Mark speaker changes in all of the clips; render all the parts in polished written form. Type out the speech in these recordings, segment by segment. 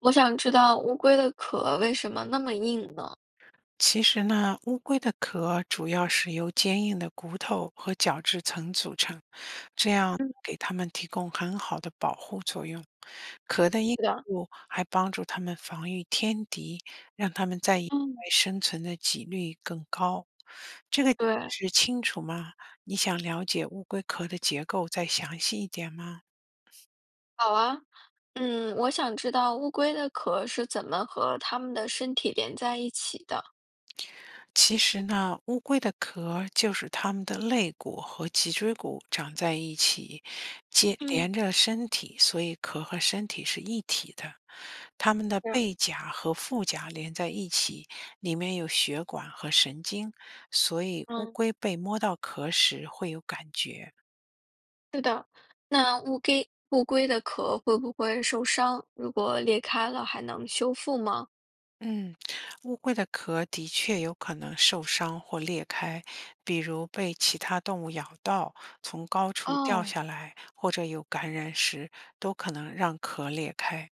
Speaker 1: 我想知道乌龟的壳为什么那么硬呢？
Speaker 2: 其实呢，乌龟的壳主要是由坚硬的骨头和角质层组成，这样
Speaker 1: 嗯，
Speaker 2: 给它们提供很好的保护作用。壳的硬
Speaker 1: 是的，
Speaker 2: 度还帮助它们防御天敌，让它们在野外
Speaker 1: 嗯
Speaker 2: 生存的几率更高。这个
Speaker 1: 对，
Speaker 2: 是清楚吗？你想了解乌龟壳的结构再详细一点吗？
Speaker 1: 好啊，嗯，我想知道乌龟的壳是怎么和它们的身体连在一起的。
Speaker 2: 其实呢，乌龟的壳儿就是它们的肋骨和脊椎骨长在一起，接
Speaker 1: 嗯，
Speaker 2: 连着身体，所以壳和身体是一体的。它们的
Speaker 1: 是，
Speaker 2: 背甲和腹甲连在一起，里面有血管和神经，所以乌
Speaker 1: 嗯，
Speaker 2: 龟被摸到壳时会有感觉。
Speaker 1: 是的，那乌龟的壳会不会受伤？如果裂开了，还能修复吗？
Speaker 2: 嗯，乌龟的壳的确有可能受伤或裂开，比如被其他动物咬到、从高处掉
Speaker 1: 哦，
Speaker 2: 下来，或者有感染时，都可能让壳裂开。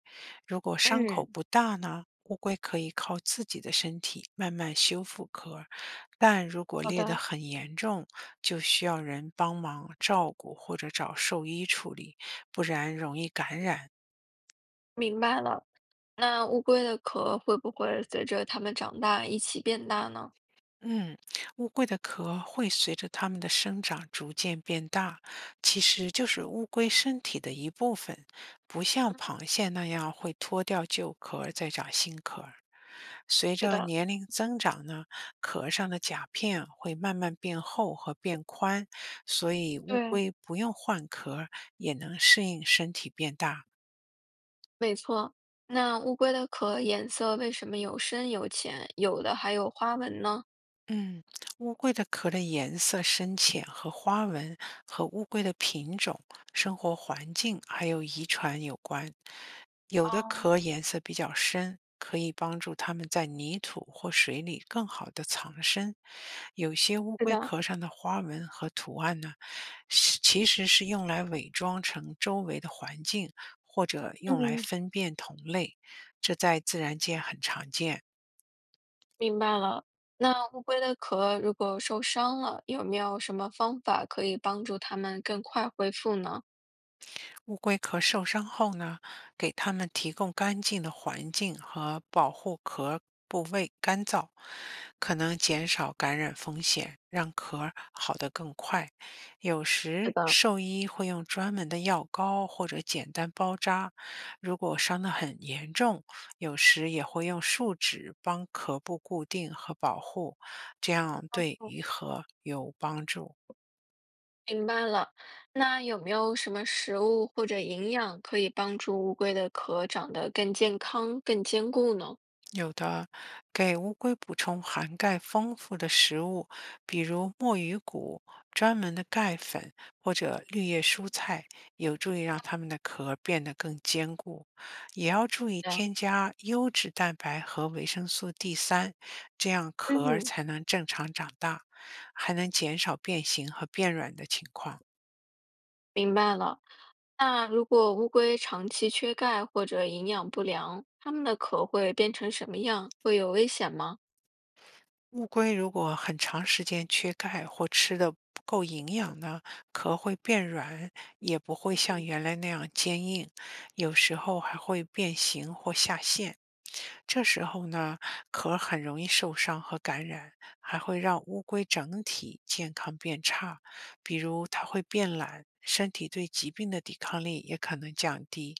Speaker 2: 如果伤口
Speaker 1: 嗯，
Speaker 2: 不大呢，乌龟可以靠自己的身体慢慢修复壳儿，但如果
Speaker 1: 好
Speaker 2: 裂得
Speaker 1: 的，
Speaker 2: 很严重，就需要人帮忙照顾或者找兽医处理，不然容易感染。
Speaker 1: 明白了。那乌龟的壳会不会随着它们长大一起变大呢？
Speaker 2: 嗯，乌龟的壳会随着它们的生长逐渐变大，其实就是乌龟身体的一部分，不像螃蟹那样会脱掉旧壳儿再长新壳儿，随
Speaker 1: 是
Speaker 2: 着
Speaker 1: 的，
Speaker 2: 年龄增长呢，壳上的甲片会慢慢变厚和变宽，所以乌
Speaker 1: 对，
Speaker 2: 龟不用换壳儿也能适应身体变大。
Speaker 1: 没错，那乌龟的壳颜色为什么有深有浅，有的还有花纹呢？
Speaker 2: 嗯，乌龟的壳的颜色深浅和花纹和乌龟的品种、生活环境还有遗传有关。有的
Speaker 1: 哦，
Speaker 2: 壳颜色比较深，可以帮助它们在泥土或水里更好的藏身。有些乌
Speaker 1: 是
Speaker 2: 龟
Speaker 1: 的，
Speaker 2: 壳上的花纹和图案呢，是其实是用来伪装成周围的环境，或者用来
Speaker 1: 嗯，
Speaker 2: 分辨同类，这在自然界很常见。
Speaker 1: 明白了。那乌龟的壳如果受伤了，有没有什么方法可以帮助它们更快恢复呢？
Speaker 2: 乌龟壳受伤后呢，给它们提供干净的环境和保护壳部位干燥，可能减少感染风险，让壳儿好得更快。有时兽医会用专门的药膏或者简单包扎，如果伤得很严重，有时也会用树脂帮壳部固定和保护，这样对
Speaker 1: 哦，
Speaker 2: 愈合有帮助。
Speaker 1: 明白了。那有没有什么食物或者营养可以帮助乌龟的壳长得更健康、更坚固呢？
Speaker 2: 有的，给乌龟补充含钙丰富的食物，比如墨鱼骨、专门的钙粉或者绿叶蔬菜，有助于让它们的壳变得更坚固。也要注意
Speaker 1: 这样，
Speaker 2: 添加优质蛋白和维生素 D3，这样壳儿
Speaker 1: 嗯，
Speaker 2: 才能正常长大，还能减少变形和变软的情况。
Speaker 1: 明白了。那如果乌龟长期缺钙或者营养不良，它们的壳会变成什么样？会有危险吗？
Speaker 2: 乌龟如果很长时间缺钙或吃的不够营养呢，壳会变软，也不会像原来那样坚硬，有时候还会变形或下陷。这时候呢，壳很容易受伤和感染，还会让乌龟整体健康变差，比如它会变懒，身体对疾病的抵抗力也可能降低。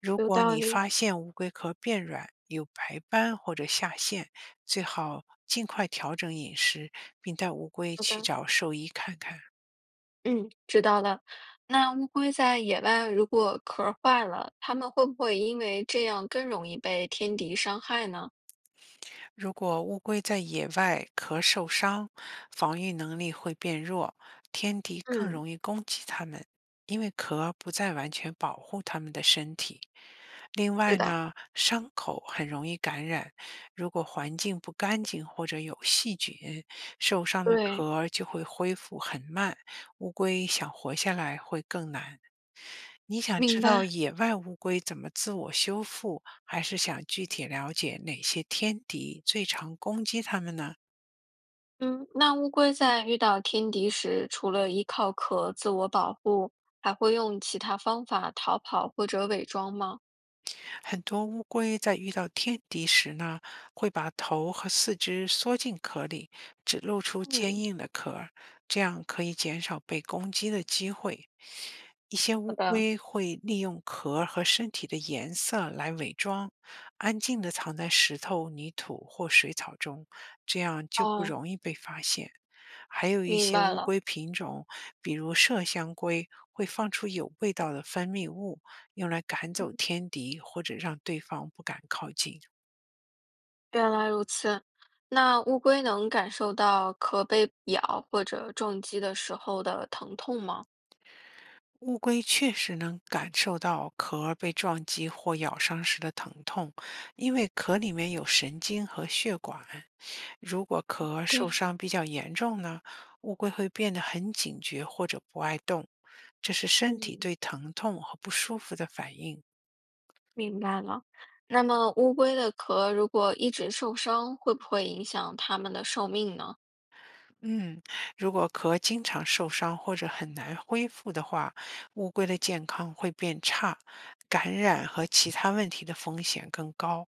Speaker 2: 如
Speaker 1: 有
Speaker 2: 果
Speaker 1: 道
Speaker 2: 你
Speaker 1: 理。
Speaker 2: 发现乌龟壳变软、有白斑或者下陷，最好尽快调整饮食，并带乌龟
Speaker 1: 好
Speaker 2: 去
Speaker 1: 的，
Speaker 2: 找兽医看看。
Speaker 1: 嗯，知道了。那乌龟在野外如果壳儿坏了，它们会不会因为这样更容易被天敌伤害呢？
Speaker 2: 如果乌龟在野外壳受伤，防御能力会变弱，天敌更
Speaker 1: 嗯，
Speaker 2: 容易攻击它们，因为壳不再完全保护它们的身体。另
Speaker 1: 是
Speaker 2: 外
Speaker 1: 的，
Speaker 2: 呢，伤口很容易感染，如果环境不干净或者有细菌，受伤的
Speaker 1: 对，
Speaker 2: 壳就会恢复很慢，乌龟想活下来会更难。你想知
Speaker 1: 明
Speaker 2: 道
Speaker 1: 白。
Speaker 2: 野外乌龟怎么自我修复，还是想具体了解哪些天敌最常攻击它们呢？
Speaker 1: 嗯，那乌龟在遇到天敌时，除了依靠壳自我保护，还会用其他方法逃跑或者伪装吗？
Speaker 2: 很多乌龟在遇到天敌时呢，会把头和四肢缩进壳里，只露出坚
Speaker 1: 嗯，
Speaker 2: 硬的壳儿，这样可以减少被攻击的机会。一些
Speaker 1: 好
Speaker 2: 乌
Speaker 1: 的。
Speaker 2: 龟会利用壳和身体的颜色来伪装，安静地藏在石头、泥土或水草中，这样就不
Speaker 1: 哦，
Speaker 2: 容易被发现。还有一
Speaker 1: 明
Speaker 2: 些
Speaker 1: 白
Speaker 2: 乌
Speaker 1: 了，
Speaker 2: 龟品种，比如麝香龟，会放出有味道的分泌物，用来赶
Speaker 1: 嗯，
Speaker 2: 走天敌或者让对方不敢靠近。
Speaker 1: 原来如此。那乌龟能感受到壳被咬或者撞击的时候的疼痛吗？
Speaker 2: 乌龟确实能感受到壳儿被撞击或咬伤时的疼痛，因为壳里面有神经和血管。如果壳儿
Speaker 1: 对，
Speaker 2: 受伤比较严重呢，乌龟会变得很警觉或者不爱动，这是身体
Speaker 1: 嗯，
Speaker 2: 对疼痛和不舒服的反应。
Speaker 1: 明白了。那么乌龟的壳如果一直受伤，会不会影响它们的寿命呢？
Speaker 2: 嗯，如果壳经常受伤或者很难恢复的话，乌龟的健康会变差，感染和其他问题的风险更高，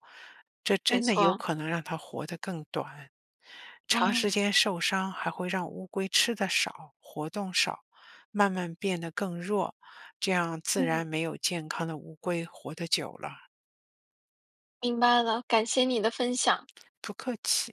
Speaker 2: 这
Speaker 1: 没
Speaker 2: 真的有
Speaker 1: 错，
Speaker 2: 可能让它活得更短。长时
Speaker 1: 啊、
Speaker 2: 间受伤还会让乌龟吃得少、活动少，慢慢变得更弱，这样自然
Speaker 1: 嗯，
Speaker 2: 没有健康的乌龟活得久了。
Speaker 1: 明白了，感谢你的分享。
Speaker 2: 不客气。